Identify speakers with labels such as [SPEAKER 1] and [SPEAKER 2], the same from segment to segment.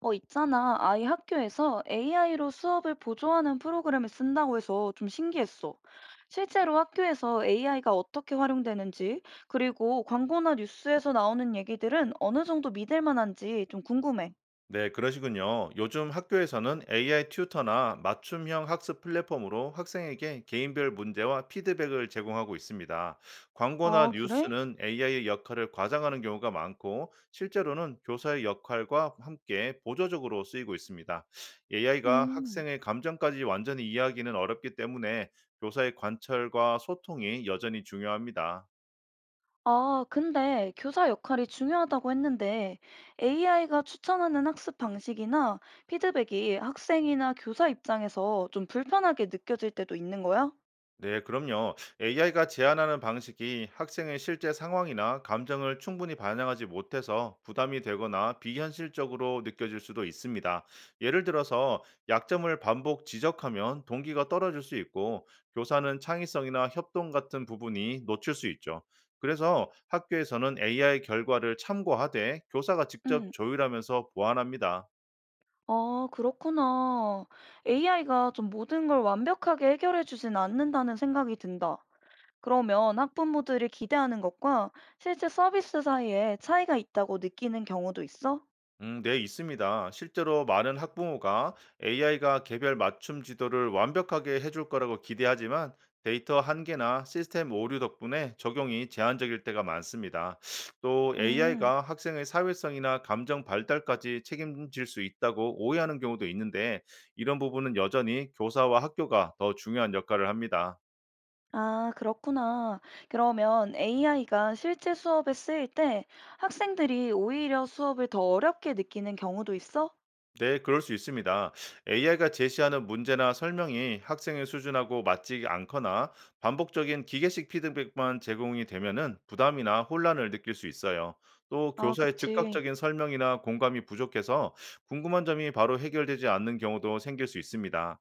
[SPEAKER 1] 있잖아. 아이 학교에서 AI로 수업을 보조하는 프로그램을 쓴다고 해서 좀 신기했어. 실제로 학교에서 AI가 어떻게 활용되는지, 그리고 광고나 뉴스에서 나오는 얘기들은 어느 정도 믿을 만한지 좀 궁금해.
[SPEAKER 2] 네, 그러시군요. 요즘 학교에서는 AI 튜터나 맞춤형 학습 플랫폼으로 학생에게 개인별 문제와 피드백을 제공하고 있습니다. 광고나
[SPEAKER 1] 아, 그래?
[SPEAKER 2] 뉴스는 AI의 역할을 과장하는 경우가 많고, 실제로는 교사의 역할과 함께 보조적으로 쓰이고 있습니다. AI가
[SPEAKER 1] 음.
[SPEAKER 2] 학생의 감정까지 완전히 이해하기는 어렵기 때문에 교사의 관찰과 소통이 여전히 중요합니다.
[SPEAKER 1] 아, 근데 교사 역할이 중요하다고 했는데 AI가 추천하는 학습 방식이나 피드백이 학생이나 교사 입장에서 좀 불편하게 느껴질 때도 있는 거야?
[SPEAKER 2] 네, 그럼요. AI가 제안하는 방식이 학생의 실제 상황이나 감정을 충분히 반영하지 못해서 부담이 되거나 비현실적으로 느껴질 수도 있습니다. 예를 들어서 약점을 반복 지적하면 동기가 떨어질 수 있고 교사는 창의성이나 협동 같은 부분이 놓칠 수 있죠. 그래서 학교에서는 AI 결과를 참고하되 교사가 직접
[SPEAKER 1] 음.
[SPEAKER 2] 조율하면서 보완합니다.
[SPEAKER 1] 아, 그렇구나. AI가 좀 모든 걸 완벽하게 해결해 주진 않는다는 생각이 든다. 그러면 학부모들이 기대하는 것과 실제 서비스 사이에 차이가 있다고 느끼는 경우도 있어?
[SPEAKER 2] 네, 있습니다. 실제로 많은 학부모가 AI가 개별 맞춤 지도를 완벽하게 해줄 거라고 기대하지만 데이터 한계나 시스템 오류 덕분에 적용이 제한적일 때가 많습니다. 또
[SPEAKER 1] 음,
[SPEAKER 2] AI가 학생의 사회성이나 감정 발달까지 책임질 수 있다고 오해하는 경우도 있는데 이런 부분은 여전히 교사와 학교가 더 중요한 역할을 합니다.
[SPEAKER 1] 아, 그렇구나. 그러면 AI가 실제 수업에 쓰일 때 학생들이 오히려 수업을 더 어렵게 느끼는 경우도 있어?
[SPEAKER 2] 네, 그럴 수 있습니다. AI가 제시하는 문제나 설명이 학생의 수준하고 맞지 않거나 반복적인 기계식 피드백만 제공이 되면은 부담이나 혼란을 느낄 수 있어요. 또
[SPEAKER 1] 아,
[SPEAKER 2] 교사의
[SPEAKER 1] 그치.
[SPEAKER 2] 즉각적인 설명이나 공감이 부족해서 궁금한 점이 바로 해결되지 않는 경우도 생길 수 있습니다.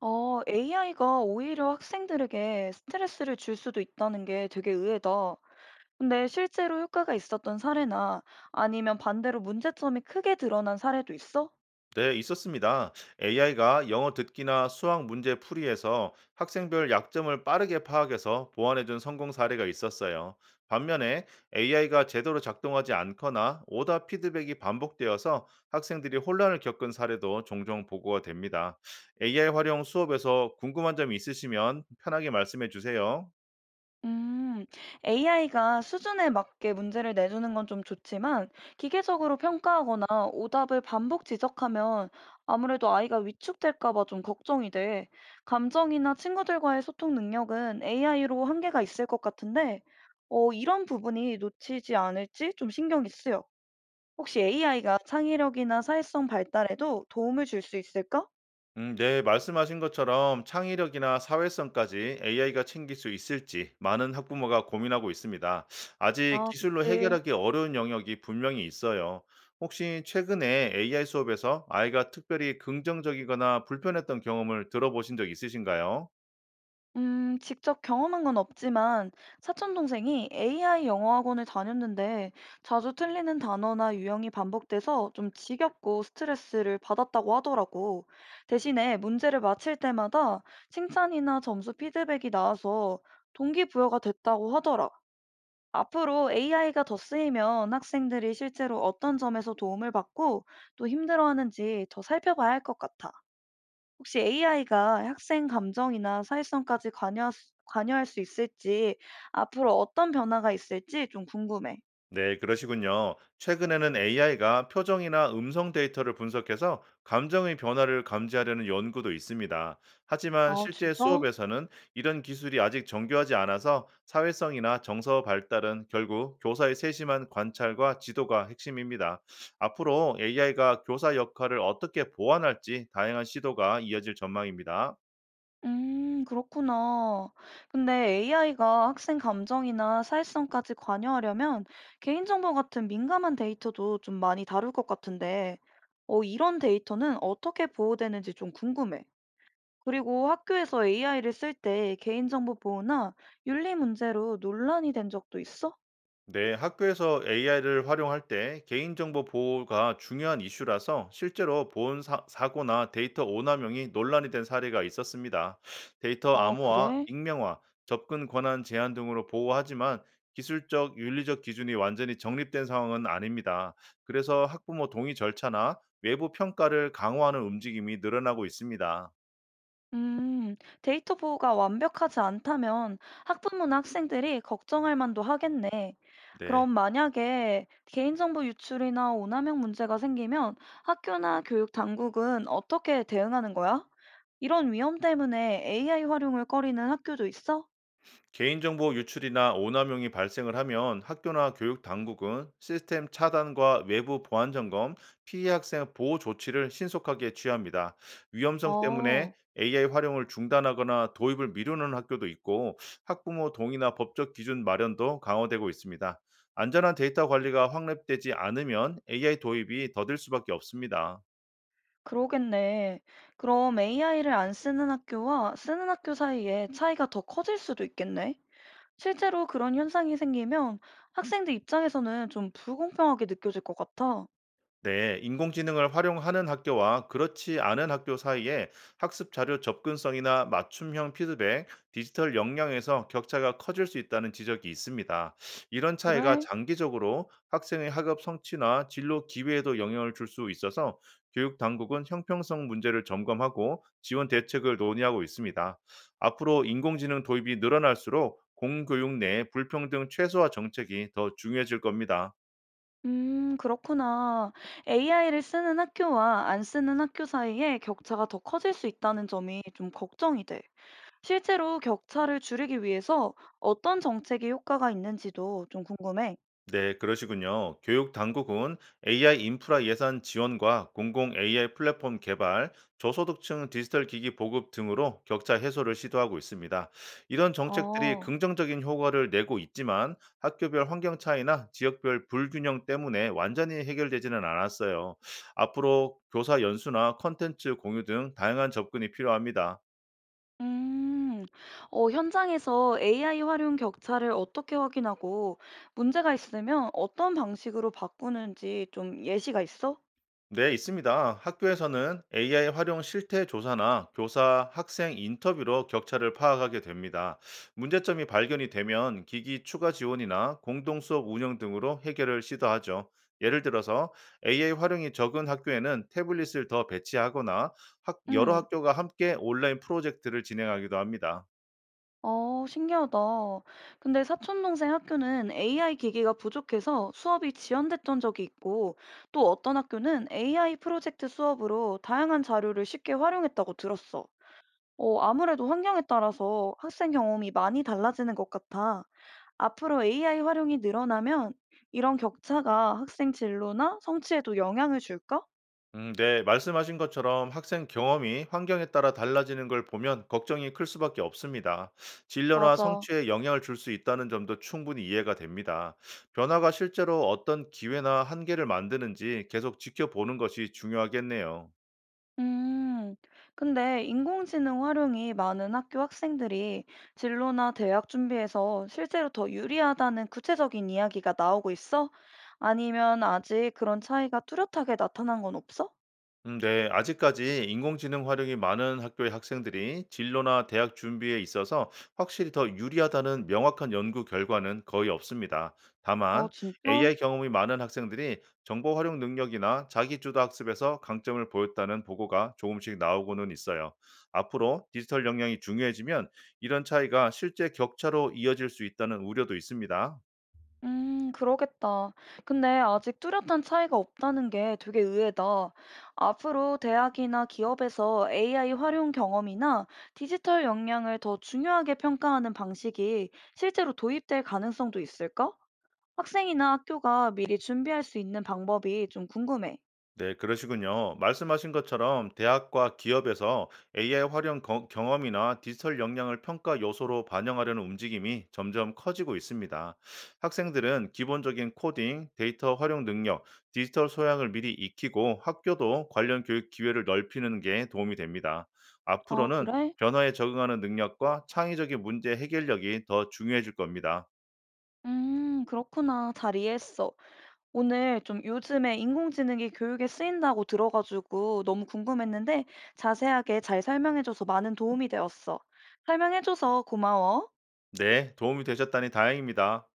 [SPEAKER 1] AI가 오히려 학생들에게 스트레스를 줄 수도 있다는 게 되게 의외다. 근데 실제로 효과가 있었던 사례나 아니면 반대로 문제점이 크게 드러난 사례도 있어?
[SPEAKER 2] 네, 있었습니다. AI가 영어 듣기나 수학 문제 풀이에서 학생별 약점을 빠르게 파악해서 보완해준 성공 사례가 있었어요. 반면에 AI가 제대로 작동하지 않거나 오답 피드백이 반복되어서 학생들이 혼란을 겪은 사례도 종종 보고가 됩니다. AI 활용 수업에서 궁금한 점이 있으시면 편하게 말씀해 주세요.
[SPEAKER 1] 음, AI가 수준에 맞게 문제를 내주는 건 좀 좋지만 기계적으로 평가하거나 오답을 반복 지적하면 아무래도 아이가 위축될까 봐 좀 걱정이 돼. 감정이나 친구들과의 소통 능력은 AI로 한계가 있을 것 같은데, 이런 부분이 놓치지 않을지 좀 신경이 쓰여. 혹시 AI가 창의력이나 사회성 발달에도 도움을 줄 수 있을까?
[SPEAKER 2] 네, 말씀하신 것처럼 창의력이나 사회성까지 AI가 챙길 수 있을지 많은 학부모가 고민하고 있습니다. 아직
[SPEAKER 1] 아,
[SPEAKER 2] 기술로
[SPEAKER 1] 그치.
[SPEAKER 2] 해결하기 어려운 영역이 분명히 있어요. 혹시 최근에 AI 수업에서 아이가 특별히 긍정적이거나 불편했던 경험을 들어보신 적 있으신가요?
[SPEAKER 1] 직접 경험한 건 없지만 사촌 동생이 AI 영어 학원을 다녔는데 자주 틀리는 단어나 유형이 반복돼서 좀 지겹고 스트레스를 받았다고 하더라고. 대신에 문제를 맞힐 때마다 칭찬이나 점수 피드백이 나와서 동기부여가 됐다고 하더라. 앞으로 AI가 더 쓰이면 학생들이 실제로 어떤 점에서 도움을 받고 또 힘들어하는지 더 살펴봐야 할 것 같아. 혹시 AI가 학생 감정이나 사회성까지 관여할 수 있을지, 앞으로 어떤 변화가 있을지 좀 궁금해.
[SPEAKER 2] 네, 그러시군요. 최근에는 AI가 표정이나 음성 데이터를 분석해서 감정의 변화를 감지하려는 연구도 있습니다. 하지만
[SPEAKER 1] 아,
[SPEAKER 2] 실제
[SPEAKER 1] 진짜?
[SPEAKER 2] 수업에서는 이런 기술이 아직 정교하지 않아서 사회성이나 정서 발달은 결국 교사의 세심한 관찰과 지도가 핵심입니다. 앞으로 AI가 교사 역할을 어떻게 보완할지 다양한 시도가 이어질 전망입니다.
[SPEAKER 1] 그렇구나. 근데 AI가 학생 감정이나 사회성까지 관여하려면 개인정보 같은 민감한 데이터도 좀 많이 다룰 것 같은데, 이런 데이터는 어떻게 보호되는지 좀 궁금해. 그리고 학교에서 AI를 쓸 때 개인정보 보호나 윤리 문제로 논란이 된 적도 있어?
[SPEAKER 2] 네, 학교에서 AI를 활용할 때 개인정보 보호가 중요한 이슈라서 실제로 보안 고나 데이터 오남용이 논란이 된 사례가 있었습니다. 데이터
[SPEAKER 1] 아,
[SPEAKER 2] 암호화,
[SPEAKER 1] 그래?
[SPEAKER 2] 익명화, 접근 권한 제한 등으로 보호하지만 기술적, 윤리적 기준이 완전히 정립된 상황은 아닙니다. 그래서 학부모 동의 절차나 외부 평가를 강화하는 움직임이 늘어나고 있습니다.
[SPEAKER 1] 음, 데이터 보호가 완벽하지 않다면 학부모나 학생들이 걱정할 만도 하겠네.
[SPEAKER 2] 네.
[SPEAKER 1] 그럼 만약에 개인정보 유출이나 오남용 문제가 생기면 학교나 교육 당국은 어떻게 대응하는 거야? 이런 위험 때문에 AI 활용을 꺼리는 학교도 있어?
[SPEAKER 2] 개인정보 유출이나 오남용이 발생을 하면 학교나 교육 당국은 시스템 차단과 외부 보안 점검, 피해 학생 보호 조치를 신속하게 취합니다. 위험성 때문에
[SPEAKER 1] 어,
[SPEAKER 2] AI 활용을 중단하거나 도입을 미루는 학교도 있고 학부모 동의나 법적 기준 마련도 강화되고 있습니다. 안전한 데이터 관리가 확립되지 않으면 AI 도입이 더딜 수밖에 없습니다.
[SPEAKER 1] 그러겠네. 그럼 AI를 안 쓰는 학교와 쓰는 학교 사이에 차이가 더 커질 수도 있겠네. 실제로 그런 현상이 생기면 학생들 입장에서는 좀 불공평하게 느껴질 것 같아.
[SPEAKER 2] 네, 인공지능을 활용하는 학교와 그렇지 않은 학교 사이에 학습 자료 접근성이나 맞춤형 피드백, 디지털 역량에서 격차가 커질 수 있다는 지적이 있습니다. 이런 차이가
[SPEAKER 1] 그래?
[SPEAKER 2] 장기적으로 학생의 학업 성취나 진로 기회에도 영향을 줄 수 있어서 교육 당국은 형평성 문제를 점검하고 지원 대책을 논의하고 있습니다. 앞으로 인공지능 도입이 늘어날수록 공교육 내 불평등 최소화 정책이 더 중요해질 겁니다.
[SPEAKER 1] 그렇구나. AI를 쓰는 학교와 안 쓰는 학교 사이에 격차가 더 커질 수 있다는 점이 좀 걱정이 돼. 실제로 격차를 줄이기 위해서 어떤 정책이 효과가 있는지도 좀 궁금해.
[SPEAKER 2] 네, 그러시군요. 교육 당국은 AI 인프라 예산 지원과 공공 AI 플랫폼 개발, 저소득층 디지털 기기 보급 등으로 격차 해소를 시도하고 있습니다. 이런 정책들이
[SPEAKER 1] 어,
[SPEAKER 2] 긍정적인 효과를 내고 있지만 학교별 환경 차이나 지역별 불균형 때문에 완전히 해결되지는 않았어요. 앞으로 교사 연수나 컨텐츠 공유 등 다양한 접근이 필요합니다.
[SPEAKER 1] 음, 현장에서 AI 활용 격차를 어떻게 확인하고 문제가 있으면 어떤 방식으로 바꾸는지 좀 예시가 있어?
[SPEAKER 2] 네, 있습니다. 학교에서는 AI 활용 실태 조사나 교사, 학생 인터뷰로 격차를 파악하게 됩니다. 문제점이 발견이 되면 기기 추가 지원이나 공동 수업 운영 등으로 해결을 시도하죠. 예를 들어서 AI 활용이 적은 학교에는 태블릿을 더 배치하거나 여러
[SPEAKER 1] 응,
[SPEAKER 2] 학교가 함께 온라인 프로젝트를 진행하기도 합니다.
[SPEAKER 1] 신기하다. 근데 사촌 동생 학교는 AI 기기가 부족해서 수업이 지연됐던 적이 있고, 또 어떤 학교는 AI 프로젝트 수업으로 다양한 자료를 쉽게 활용했다고 들었어. 아무래도 환경에 따라서 학생 경험이 많이 달라지는 것 같아. 앞으로 AI 활용이 늘어나면 이런 격차가 학생 진로나 성취에도 영향을 줄까?
[SPEAKER 2] 네, 말씀하신 것처럼 학생 경험이 환경에 따라 달라지는 걸 보면 걱정이 클 수밖에 없습니다. 진로나
[SPEAKER 1] 맞아.
[SPEAKER 2] 성취에 영향을 줄 수 있다는 점도 충분히 이해가 됩니다. 변화가 실제로 어떤 기회나 한계를 만드는지 계속 지켜보는 것이 중요하겠네요.
[SPEAKER 1] 음, 근데 인공지능 활용이 많은 학교 학생들이 진로나 대학 준비에서 실제로 더 유리하다는 구체적인 이야기가 나오고 있어? 아니면 아직 그런 차이가 뚜렷하게 나타난 건 없어?
[SPEAKER 2] 네, 아직까지 인공지능 활용이 많은 학교의 학생들이 진로나 대학 준비에 있어서 확실히 더 유리하다는 명확한 연구 결과는 거의 없습니다. 다만,
[SPEAKER 1] 아, 진짜?
[SPEAKER 2] AI 경험이 많은 학생들이 정보 활용 능력이나 자기주도 학습에서 강점을 보였다는 보고가 조금씩 나오고는 있어요. 앞으로 디지털 역량이 중요해지면 이런 차이가 실제 격차로 이어질 수 있다는 우려도 있습니다.
[SPEAKER 1] 그러겠다. 근데 아직 뚜렷한 차이가 없다는 게 되게 의외다. 앞으로 대학이나 기업에서 AI 활용 경험이나 디지털 역량을 더 중요하게 평가하는 방식이 실제로 도입될 가능성도 있을까? 학생이나 학교가 미리 준비할 수 있는 방법이 좀 궁금해.
[SPEAKER 2] 네, 그러시군요. 말씀하신 것처럼 대학과 기업에서 AI 활용 경험이나 디지털 역량을 평가 요소로 반영하려는 움직임이 점점 커지고 있습니다. 학생들은 기본적인 코딩, 데이터 활용 능력, 디지털 소양을 미리 익히고 학교도 관련 교육 기회를 넓히는 게 도움이 됩니다.
[SPEAKER 1] 아,
[SPEAKER 2] 앞으로는
[SPEAKER 1] 그래?
[SPEAKER 2] 변화에 적응하는 능력과 창의적인 문제 해결력이 더 중요해질 겁니다.
[SPEAKER 1] 그렇구나. 잘 이해했어. 오늘 좀 요즘에 인공지능이 교육에 쓰인다고 들어가지고 너무 궁금했는데 자세하게 잘 설명해줘서 많은 도움이 되었어. 설명해줘서 고마워.
[SPEAKER 2] 네, 도움이 되셨다니 다행입니다.